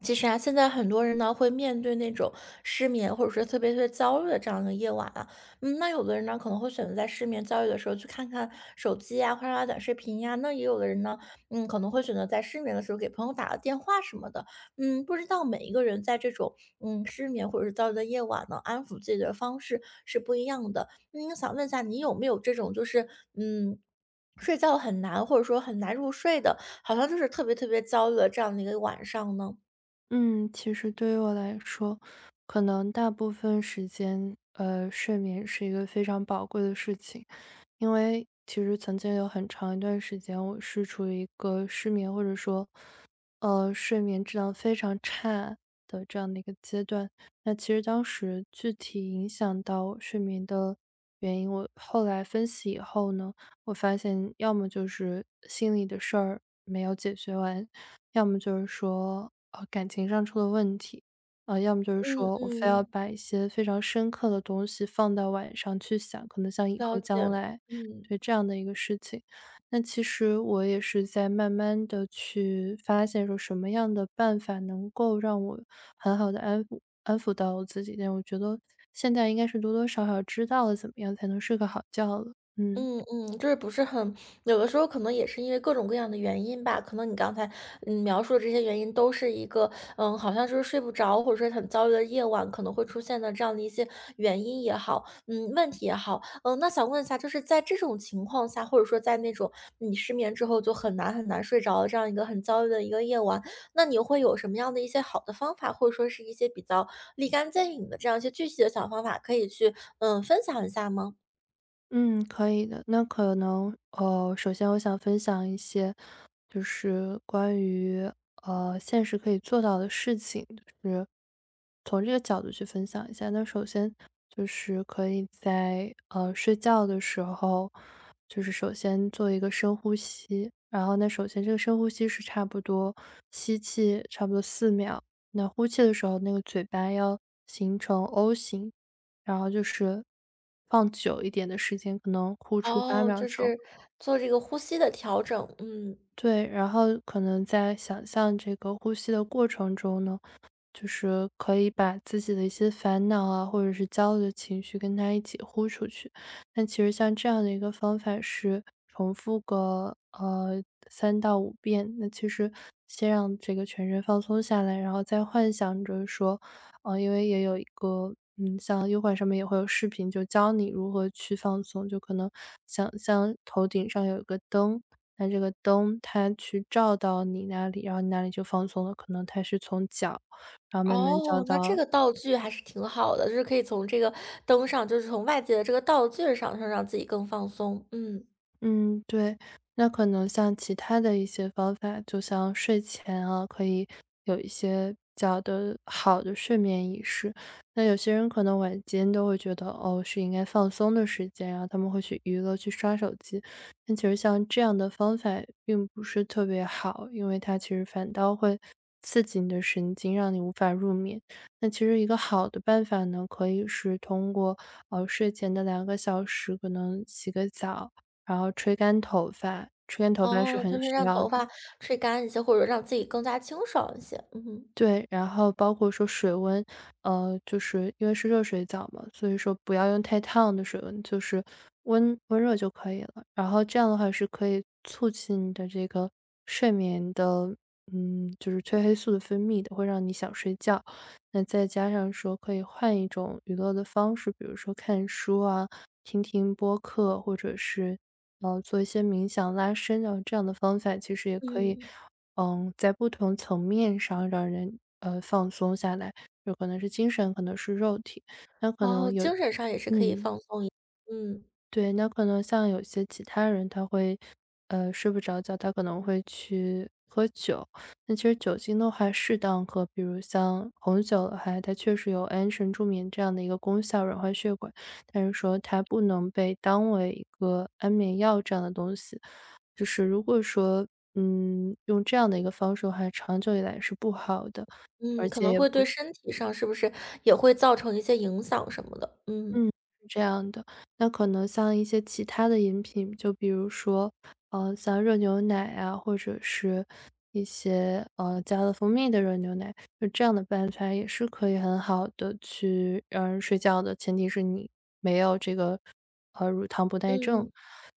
其实啊，现在很多人呢会面对那种失眠或者说特别特别焦虑的这样一个夜晚啊。嗯，那有的人呢可能会选择在失眠焦虑的时候去看看手机呀，刷刷短视频呀。那也有的人呢，嗯，可能会选择在失眠的时候给朋友打个电话什么的。嗯，不知道每一个人在这种失眠或者是焦虑的夜晚呢，安抚自己的方式是不一样的。嗯，想问一下，你有没有这种就是嗯？睡觉很难，或者说很难入睡的，好像就是特别特别焦虑的这样的一个晚上呢？嗯，其实对于我来说，可能大部分时间，睡眠是一个非常宝贵的事情。因为其实曾经有很长一段时间，我是处于一个失眠或者说睡眠质量非常差的这样的一个阶段。那其实当时具体影响到我睡眠的原因，我后来分析以后呢，我发现要么就是心里的事儿没有解决完，要么就是说，感情上出了问题，要么就是嗯说我非要嗯，把一些非常深刻的东西放到晚上去想，可能像以了后解。将来，嗯。对，这样的一个事情。那其实我也是在慢慢的去发现说什么样的办法能够让我很好的安抚安抚到我自己，但我觉得现在应该是多多少少知道了怎么样才能睡个好觉了，嗯。嗯嗯，就是不是很有的时候可能也是因为各种各样的原因吧。可能你刚才，嗯，描述的这些原因都是一个，嗯，好像就是睡不着，或者说很焦虑的夜晚可能会出现的这样的一些原因也好，嗯，问题也好。嗯，那想问一下，就是在这种情况下，或者说在那种你失眠之后就很难很难睡着的这样一个很焦虑的一个夜晚，那你会有什么样的一些好的方法，或者说是一些比较立竿见影的这样一些具体的小方法可以去，嗯，分享一下吗？嗯，可以的。那可能，首先我想分享一些，就是关于现实可以做到的事情，就是从这个角度去分享一下。那首先就是可以在睡觉的时候，就是首先做一个深呼吸，然后那首先这个深呼吸是差不多吸气差不多4秒，那呼气的时候那个嘴巴要形成 O 型，然后就是放久一点的时间，可能呼出八哦，秒就钟。是做这个呼吸的调整。嗯。对，然后可能在想象这个呼吸的过程中呢，就是可以把自己的一些烦恼啊，或者是焦虑的情绪跟他一起呼出去。那其实像这样的一个方法是重复个3到5遍。那其实先让这个全身放松下来，然后再幻想着说，因为也有一个像优管上面也会有视频，就教你如何去放松，就可能想象头顶上有一个灯。那这个灯它去照到你那里，然后你那里就放松了。可能它是从脚然后慢慢找哦，那这到个道具还是挺好的，就是可以从这个灯上，就是从外界的这个道具上，是让自己更放松。嗯，嗯，对，那可能像其他的一些方法，就像睡前啊，可以有一些比较的好的睡眠仪式。那有些人可能晚间都会觉得，哦，是应该放松的时间，然后他们会去娱乐、去刷手机。但其实像这样的方法并不是特别好，因为它其实反倒会刺激你的神经，让你无法入眠。那其实一个好的办法呢，可以是通过睡前的2个小时，可能洗个澡。然后吹干头发，吹干头发是哦，就很是需让要头的。发吹干一些，或者让自己更加清爽一些。嗯对，然后包括说水温，就是因为是热水澡嘛，所以说不要用太烫的水温，就是温温热就可以了。然后这样的话是可以促进你的这个睡眠的，嗯，就是褪黑素的分泌的，会让你想睡觉。那再加上说可以换一种娱乐的方式，比如说看书啊，听听播客，或者是，做一些冥想拉伸啊，这样的方法其实也可以，嗯，嗯，在不同层面上让人，放松下来，有可能是精神，可能是肉体，那可哦，能有精神上也是可以嗯。放松一嗯对，那可能像有些其他人他会，睡不着觉，他可能会去喝酒。那其实酒精的话，适当喝，比如像红酒的话，它确实有安神助眠这样的一个功效，软化血管。但是说它不能被当为一个安眠药这样的东西。就是如果说，用这样的一个方式的话，长久以来是不好的，嗯，而可且能也会不对身体上是不是也会造成一些影响什么的？嗯。嗯，是这样的。那可能像一些其他的饮品，就比如说，像热牛奶啊，或者是一些，加了蜂蜜的热牛奶，就这样的办法也是可以很好的去让人睡觉的，前提是你没有这个，乳糖不耐症。嗯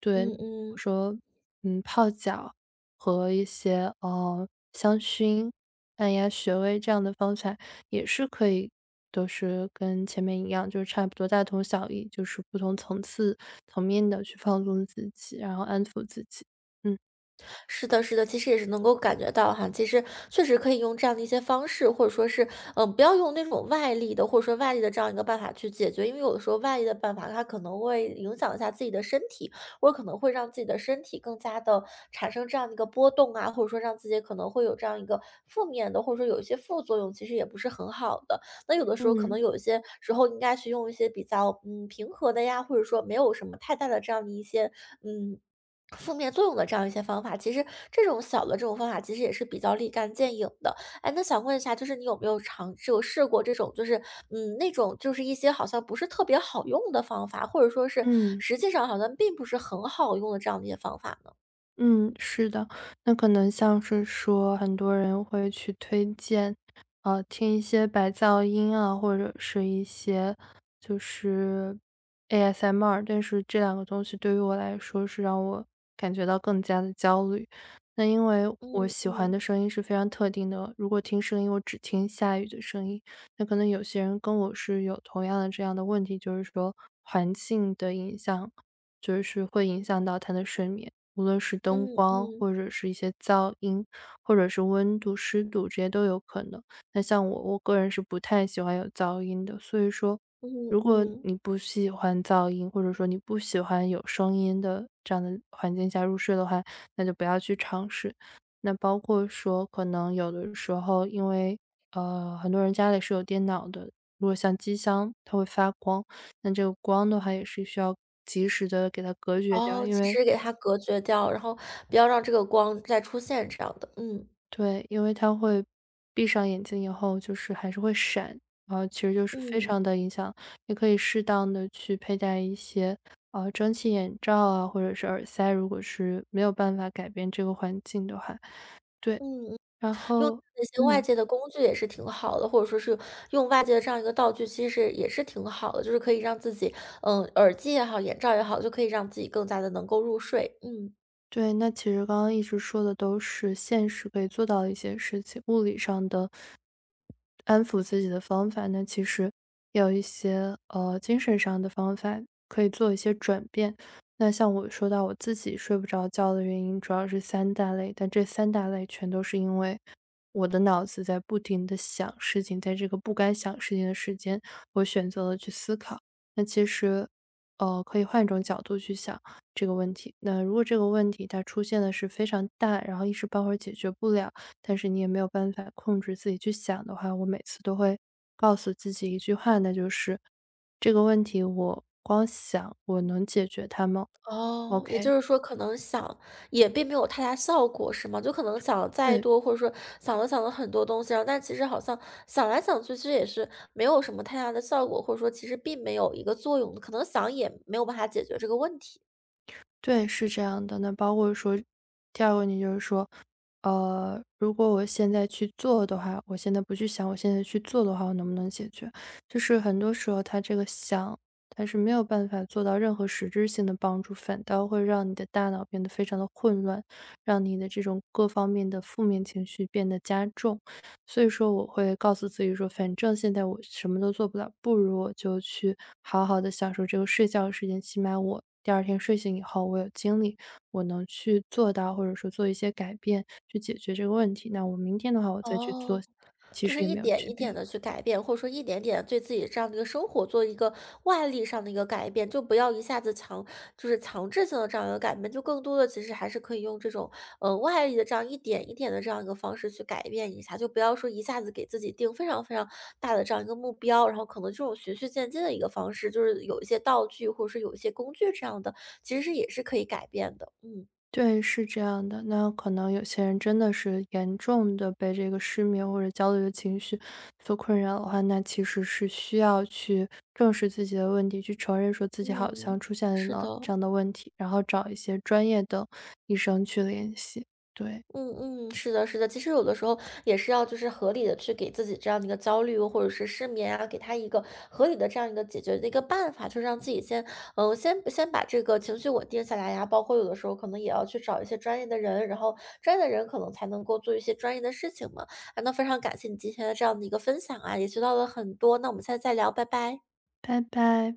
对，嗯我嗯。说，泡脚和一些，香薰按压穴位这样的方法，也是可以都是跟前面一样，就是差不多大同小异，就是不同层次层面的去放松自己，然后安抚自己。嗯。是的，是的，其实也是能够感觉到哈。其实确实可以用这样的一些方式，或者说是，嗯、不要用那种外力的，或者说外力的这样一个办法去解决。因为有的时候外力的办法，它可能会影响一下自己的身体，或者可能会让自己的身体更加的产生这样的一个波动啊，或者说让自己可能会有这样一个负面的，或者说有一些副作用，其实也不是很好的。那有的时候可能嗯，有一些时候应该去用一些比较嗯平和的呀，或者说没有什么太大的这样的一些嗯负面作用的这样一些方法，其实这种小的这种方法其实也是比较立竿见影的。哎，那想问一下，就是你有没有尝试有试过这种，就是嗯，那种就是一些好像不是特别好用的方法，或者说是嗯。实际上好像并不是很好用的这样的一些方法呢？嗯，是的，那可能像是说很多人会去推荐，听一些白噪音啊，或者是一些就是 ASMR,但是这两个东西对于我来说是让我感觉到更加的焦虑。那因为我嗯喜欢的嗯。声音是非常特定的，如果听声音我只听下雨的声音，那可能有些人跟我是有同样的这样的问题，就是说环境的影响。就是会影响到他的睡眠，无论是灯嗯光嗯或者是一些噪音，或者是温度、湿度，这些都有可能。那像我，我个人是不太喜欢有噪音的，所以说，嗯。如果嗯。你不喜欢噪音，或者说你不喜欢有声音的这样的环境下入睡的话，那就不要去尝试。那包括说，可能有的时候，因为很多人家里是有电脑的，如果像机箱，它会发光，那这个光的话也是需要及时的给它隔绝掉，哦，因其为实给它隔绝掉，然后不要让这个光再出现这样的。嗯对，因为它会闭上眼睛以后就是还是会闪，然后其实就是非嗯。嗯常的影响。也可以适当的去佩戴一些，蒸汽眼罩啊，或者是耳塞，如果是没有办法改变这个环境的话，对。嗯。然用后那些外嗯。界的工具也是挺好的，或者说是用外界的这样一个道具，其实也是挺好的，就是可以让自己，嗯，耳机也好，眼罩也好，就可以让自己更加的能够入睡。嗯，对，那其实刚刚一直说的都是现实可以做到的一些事情，物理上的安抚自己的方法那其实也有一些精神上的方法可以做一些转变。那像我说到我自己睡不着觉的原因，主要是三大类，但这三大类全都是因为我的脑子在不停的想事情，在这个不该想事情的时间，我选择了去思考。那其实，可以换一种角度去想这个问题。那如果这个问题它出现的是非常大，然后一时半会儿解决不了，但是你也没有办法控制自己去想的话，我每次都会告诉自己一句话，那就是这个问题我光想我能解决它吗哦，？OK,也就是说可能想也并没有太大效果是吗？就可能想了再对，多，或者说想了很多东西。然后但其实好像想来想去，其实也是没有什么太大的效果，或者说其实并没有一个作用的，可能想也没有办法解决这个问题。对，是这样的。那包括说，第二个问题就是说，如果我现在去做的话，我现在不去想，我现在去做的话，我能不能解决？就是很多时候，他这个想，但是没有办法做到任何实质性的帮助，反倒会让你的大脑变得非常的混乱，让你的这种各方面的负面情绪变得加重。所以说我会告诉自己说，反正现在我什么都做不了，不如我就去好好的享受这个睡觉的时间，起码我第二天睡醒以后，我有精力，我能去做到，或者说做一些改变，去解决这个问题。那我明天的话我再去做，哦。其就实是也一没有点区一别。点的去改变，或者说一点点对自己这样的一个生活做一个外力上的一个改变，就不要一下子就是强制性的这样一个改变。就更多的其实还是可以用这种，外力的这样一点一点的这样一个方式去改变一下，就不要说一下子给自己定非常非常大的这样一个目标。然后可能这种循序渐进的一个方式，就是有一些道具或者是有一些工具这样的，其实也是可以改变的。嗯。对，是这样的。那可能有些人真的是严重的被这个失眠或者焦虑的情绪所困扰的话，那其实是需要去正视自己的问题，去承认说自己好嗯，像出现是了的。这样的问题，然后找一些专业的医生去联系。对，嗯嗯，是的，是的，其实有的时候也是要就是合理的去给自己这样的一个焦虑或者是失眠啊，给他一个合理的这样一个解决的一个办法。就是让自己先嗯、呃先先把这个情绪稳定下来呀、包括有的时候可能也要去找一些专业的人。然后专业的人可能才能够做一些专业的事情嘛。啊，那非常感谢你今天的这样的一个分享啊，也学到了很多。那我们下次再聊，拜拜。拜拜。